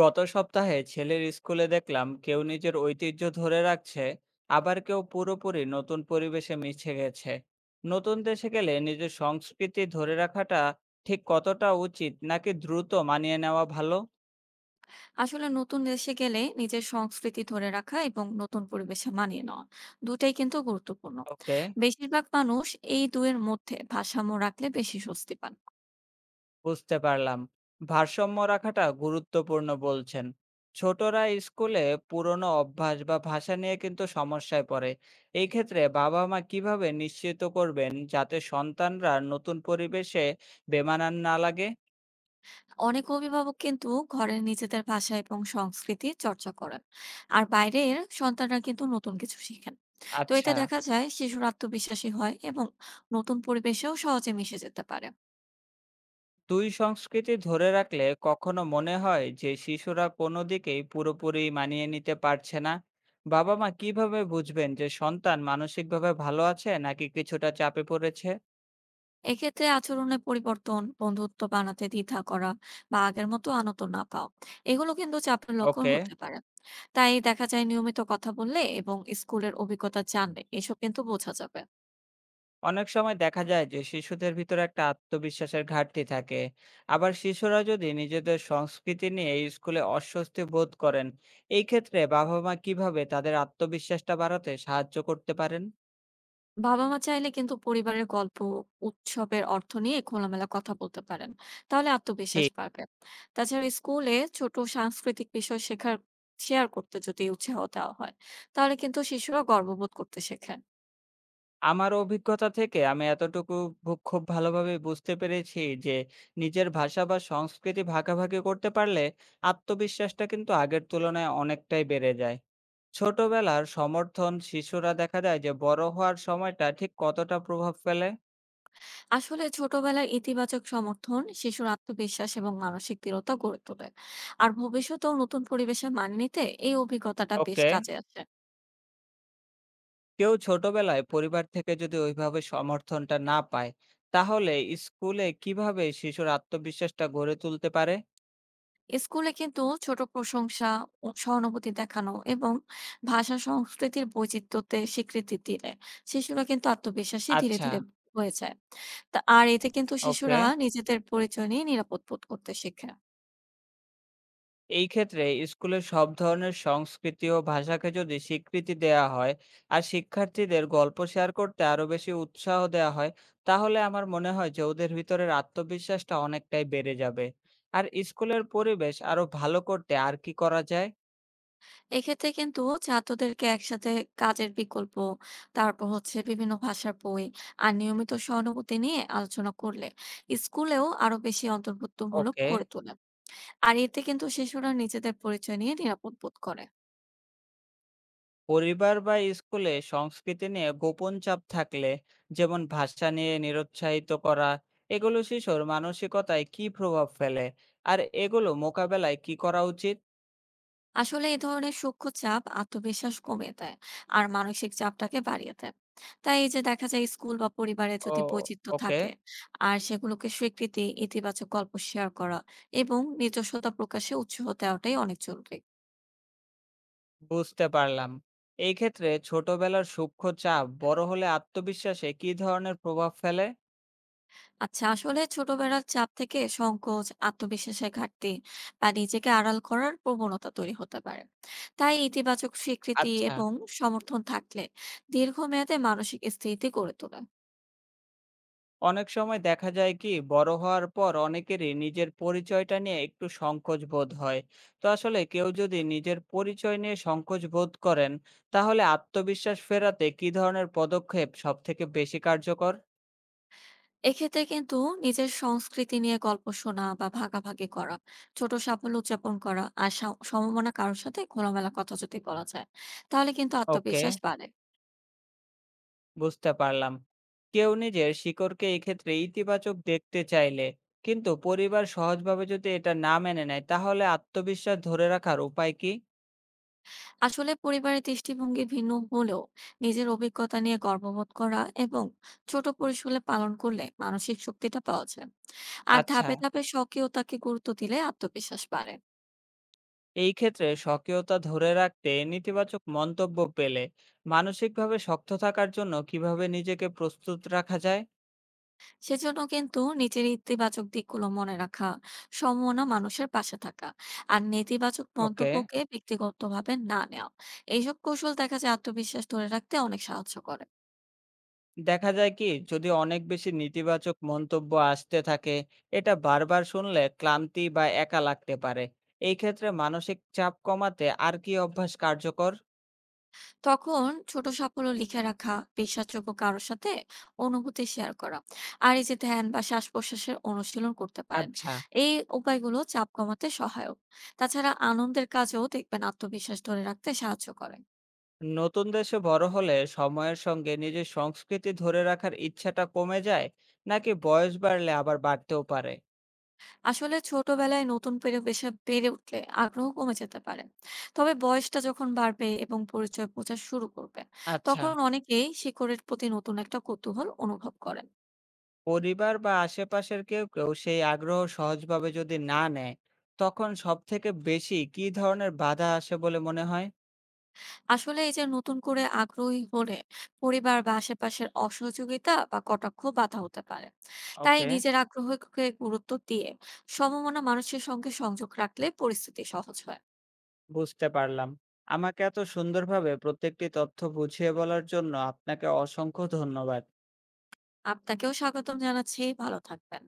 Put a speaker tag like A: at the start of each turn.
A: গত সপ্তাহে ছেলের স্কুলে দেখলাম কেউ নিজের ঐতিহ্য ধরে রাখছে, আবার কেউ পুরোপুরি নতুন পরিবেশে মিশে গেছে। নতুন দেশে গেলে নিজের সংস্কৃতি ধরে রাখাটা ঠিক কতটা উচিত, নাকি দ্রুত মানিয়ে নেওয়া ভালো?
B: আসলে নতুন দেশে গেলে নিজের সংস্কৃতি ধরে রাখা এবং নতুন পরিবেশে মানিয়ে নেওয়া দুটাই কিন্তু গুরুত্বপূর্ণ।
A: ওকে,
B: বেশিরভাগ মানুষ এই দুয়ের মধ্যে ভারসাম্য রাখলে বেশি স্বস্তি পান।
A: বুঝতে পারলাম, ভারসাম্য রাখাটা গুরুত্বপূর্ণ বলছেন। ছোটরা স্কুলে পুরনো অভ্যাস বা ভাষা নিয়ে কিন্তু সমস্যায় পড়ে। এই ক্ষেত্রে বাবা মা কিভাবে নিশ্চিত করবেন যাতে সন্তানরা নতুন পরিবেশে বেমানান না লাগে?
B: অনেক অভিভাবক কিন্তু ঘরের নিজেদের ভাষা এবং সংস্কৃতি চর্চা করেন, আর বাইরের সন্তানরা কিন্তু নতুন কিছু শিখেন। তো
A: আচ্ছা।
B: এতে দেখা যায় শিশুর আত্মবিশ্বাসী হয় এবং নতুন পরিবেশেও সহজে মিশে যেতে পারে।
A: দুই সংস্কৃতি ধরে রাখলে কখনো মনে হয় যে শিশুরা কোনো দিকেই পুরোপুরি মানিয়ে নিতে পারছে না। বাবা মা কিভাবে বুঝবেন যে সন্তান মানসিকভাবে ভালো আছে নাকি কিছুটা চাপে পড়েছে?
B: এক্ষেত্রে আচরণে পরিবর্তন, বন্ধুত্ব বানাতে দ্বিধা করা বা আগের মতো আনন্দ না পাওয়া, এগুলো কিন্তু চাপের লক্ষণ
A: ওকে।
B: হতে পারে। তাই দেখা যায় নিয়মিত কথা বললে এবং স্কুলের অভিজ্ঞতা জানলে এসব কিন্তু বোঝা যাবে।
A: অনেক সময় দেখা যায় যে শিশুদের ভিতরে একটা আত্মবিশ্বাসের ঘাটতি থাকে, আবার শিশুরা যদি নিজেদের সংস্কৃতি নিয়ে এই স্কুলে অস্বস্তি বোধ করেন, এই ক্ষেত্রে বাবা মা কিভাবে তাদের আত্মবিশ্বাসটা বাড়াতে সাহায্য করতে পারেন?
B: বাবা-মা চাইলে কিন্তু পরিবারের গল্প, উৎসবের অর্থ নিয়ে খোলামেলা কথা বলতে পারেন। তাহলে
A: জি।
B: আত্মবিশ্বাস বাড়বে। তাছাড়া স্কুলে ছোট সাংস্কৃতিক বিষয় শেখার শেয়ার করতে যদি উৎসাহ দেওয়া হয়, তাহলে কিন্তু শিশুরা গর্ববোধ করতে শেখে।
A: আমার অভিজ্ঞতা থেকে আমি এতটুকু খুব ভালোভাবে বুঝতে পেরেছি যে নিজের ভাষা বা সংস্কৃতি ভাগাভাগি করতে পারলে আত্মবিশ্বাসটা কিন্তু আগের তুলনায় অনেকটাই বেড়ে যায়। ছোটবেলার সমর্থন শিশুরা দেখা যায় যে বড় হওয়ার সময়টা ঠিক কতটা প্রভাব ফেলে?
B: আসলে ছোটবেলায় ইতিবাচক সমর্থন শিশুর আত্মবিশ্বাস এবং মানসিক দৃঢ়তা গড়ে তোলে, আর ভবিষ্যতেও নতুন পরিবেশে মানিয়ে নিতে এই অভিজ্ঞতাটা বেশ
A: ওকে।
B: কাজে আসে।
A: কেউ ছোটবেলায় পরিবার থেকে যদি ওইভাবে সমর্থনটা না পায়, তাহলে স্কুলে কিভাবে শিশুর আত্মবিশ্বাসটা গড়ে তুলতে পারে?
B: স্কুলে কিন্তু ছোট প্রশংসা ও সহানুভূতি দেখানো এবং ভাষা সংস্কৃতির বৈচিত্র্যতে স্বীকৃতি দিলে শিশুরা কিন্তু আত্মবিশ্বাসী ধীরে
A: আচ্ছা।
B: ধীরে হয়ে যায়। তা আর এতে কিন্তু
A: ওকে।
B: শিশুরা নিজেদের পরিচয় নিয়ে নিরাপদ বোধ করতে শেখে।
A: এই ক্ষেত্রে স্কুলে সব ধরনের সংস্কৃতি ও ভাষাকে যদি স্বীকৃতি দেয়া হয়, আর শিক্ষার্থীদের গল্প শেয়ার করতে আরো বেশি উৎসাহ দেয়া হয়, তাহলে আমার মনে হয় যে ওদের ভিতরের আত্মবিশ্বাসটা অনেকটাই বেড়ে যাবে। আর স্কুলের পরিবেশ আরো ভালো করতে আর কি করা যায়?
B: এক্ষেত্রে কিন্তু ছাত্রদেরকে একসাথে কাজের বিকল্প, তারপর হচ্ছে বিভিন্ন ভাষার বই আর নিয়মিত সহানুভূতি নিয়ে আলোচনা করলে স্কুলেও আরো বেশি অন্তর্ভুক্তমূলক
A: ওকে।
B: করে তোলে। আর এতে কিন্তু শিশুরা নিজেদের পরিচয় নিয়ে নিরাপদ বোধ করে।
A: পরিবার বা স্কুলে সংস্কৃতি নিয়ে গোপন চাপ থাকলে, যেমন ভাষা নিয়ে নিরুৎসাহিত করা, এগুলো শিশুর মানসিকতায় কি প্রভাব ফেলে? আর এগুলো মোকাবেলায় কি করা উচিত?
B: আসলে এই ধরনের সূক্ষ্ম চাপ আত্মবিশ্বাস কমিয়ে দেয় আর মানসিক চাপটাকে বাড়িয়ে দেয়। তাই এই যে দেখা যায় স্কুল বা পরিবারে
A: ও,
B: যদি বৈচিত্র্য
A: ওকে,
B: থাকে আর সেগুলোকে স্বীকৃতি, ইতিবাচক গল্প শেয়ার করা এবং নিজস্বতা প্রকাশে উৎসাহ দেওয়াটাই অনেক জরুরি।
A: বুঝতে পারলাম। এই ক্ষেত্রে ছোটবেলার সূক্ষ্ম চাপ বড় হলে আত্মবিশ্বাসে কি ধরনের প্রভাব ফেলে?
B: আচ্ছা আসলে ছোটবেলার চাপ থেকে সংকোচ আত্মবিশ্বাসের ঘাটতি বা নিজেকে আড়াল করার প্রবণতা তৈরি হতে পারে। তাই ইতিবাচক স্বীকৃতি
A: আচ্ছা,
B: এবং সমর্থন থাকলে দীর্ঘমেয়াদে মানসিক স্থিতি গড়ে তোলে।
A: অনেক সময় দেখা যায় কি বড় হওয়ার পর অনেকেরই নিজের পরিচয়টা নিয়ে একটু সংকোচ বোধ হয়। তো আসলে কেউ যদি নিজের পরিচয় নিয়ে সংকোচ বোধ করেন, তাহলে আত্মবিশ্বাস ফেরাতে কি ধরনের পদক্ষেপ সবথেকে বেশি কার্যকর?
B: এক্ষেত্রে কিন্তু নিজের সংস্কৃতি নিয়ে গল্প শোনা বা ভাগাভাগি করা, ছোট সাফল্য উদযাপন করা আর সমমনা কারোর সাথে খোলামেলা কথা যদি বলা যায়, তাহলে কিন্তু
A: ওকে।
B: আত্মবিশ্বাস বাড়ে।
A: বুঝতে পারলাম। কেউ নিজের শিকড়কে এক্ষেত্রে ইতিবাচক দেখতে চাইলে, কিন্তু পরিবার সহজভাবে যদি এটা না মেনে নেয়, তাহলে আত্মবিশ্বাস ধরে রাখার উপায় কি?
B: আসলে পরিবারের দৃষ্টিভঙ্গি ভিন্ন হলেও নিজের অভিজ্ঞতা নিয়ে গর্ববোধ করা এবং ছোট পরিসরে পালন করলে মানসিক শক্তিটা পাওয়া যায়। আর
A: আচ্ছা।
B: ধাপে ধাপে স্বকীয়তাকে গুরুত্ব দিলে আত্মবিশ্বাস বাড়ে।
A: এই ক্ষেত্রে স্বকীয়তা ধরে রাখতে নেতিবাচক মন্তব্য পেলে মানসিকভাবে শক্ত থাকার জন্য কিভাবে নিজেকে প্রস্তুত রাখা যায়?
B: সেজন্য কিন্তু নিজের ইতিবাচক দিকগুলো মনে রাখা, সমমনা মানুষের পাশে থাকা, আর নেতিবাচক
A: ওকে।
B: মন্তব্যকে ব্যক্তিগতভাবে না নেওয়া, এইসব কৌশল দেখা যায় আত্মবিশ্বাস ধরে রাখতে অনেক সাহায্য করে।
A: দেখা যায় কি, যদি অনেক বেশি নেতিবাচক মন্তব্য আসতে থাকে, এটা বারবার শুনলে ক্লান্তি বা একা লাগতে পারে। এই ক্ষেত্রে মানসিক চাপ কমাতে আর কি অভ্যাস কার্যকর?
B: তখন ছোট সাফল্য লিখে রাখা, বিশ্বাসযোগ্য কারোর সাথে অনুভূতি শেয়ার করা, আর এই যে ধ্যান বা শ্বাস প্রশ্বাসের অনুশীলন করতে পারেন।
A: আচ্ছা।
B: এই উপায়গুলো চাপ কমাতে সহায়ক। তাছাড়া আনন্দের কাজেও দেখবেন আত্মবিশ্বাস ধরে রাখতে সাহায্য করে।
A: নতুন দেশে বড় হলে সময়ের সঙ্গে নিজের সংস্কৃতি ধরে রাখার ইচ্ছাটা কমে যায়, নাকি বয়স বাড়লে আবার বাড়তেও পারে?
B: আসলে ছোটবেলায় নতুন পরিবেশে বেড়ে উঠলে আগ্রহ কমে যেতে পারে, তবে বয়সটা যখন বাড়বে এবং পরিচয় বোঝা শুরু করবে
A: আচ্ছা।
B: তখন অনেকেই শিকড়ের প্রতি নতুন একটা কৌতূহল অনুভব করে।
A: পরিবার বা আশেপাশের কেউ কেউ সেই আগ্রহ সহজভাবে যদি না নেয়, তখন সব থেকে বেশি কি ধরনের বাধা আসে বলে মনে হয়?
B: আসলে এই যে নতুন করে আগ্রহী হলে পরিবার বা আশেপাশের অসহযোগিতা বা কটাক্ষ বাধা হতে পারে। তাই
A: ওকে,
B: নিজের আগ্রহকে গুরুত্ব দিয়ে সমমনা মানুষের সঙ্গে সংযোগ রাখলে পরিস্থিতি সহজ হয়।
A: বুঝতে পারলাম। আমাকে এত সুন্দরভাবে প্রত্যেকটি তথ্য বুঝিয়ে বলার জন্য আপনাকে অসংখ্য ধন্যবাদ।
B: আপনাকেও স্বাগতম জানাচ্ছি, ভালো থাকবেন।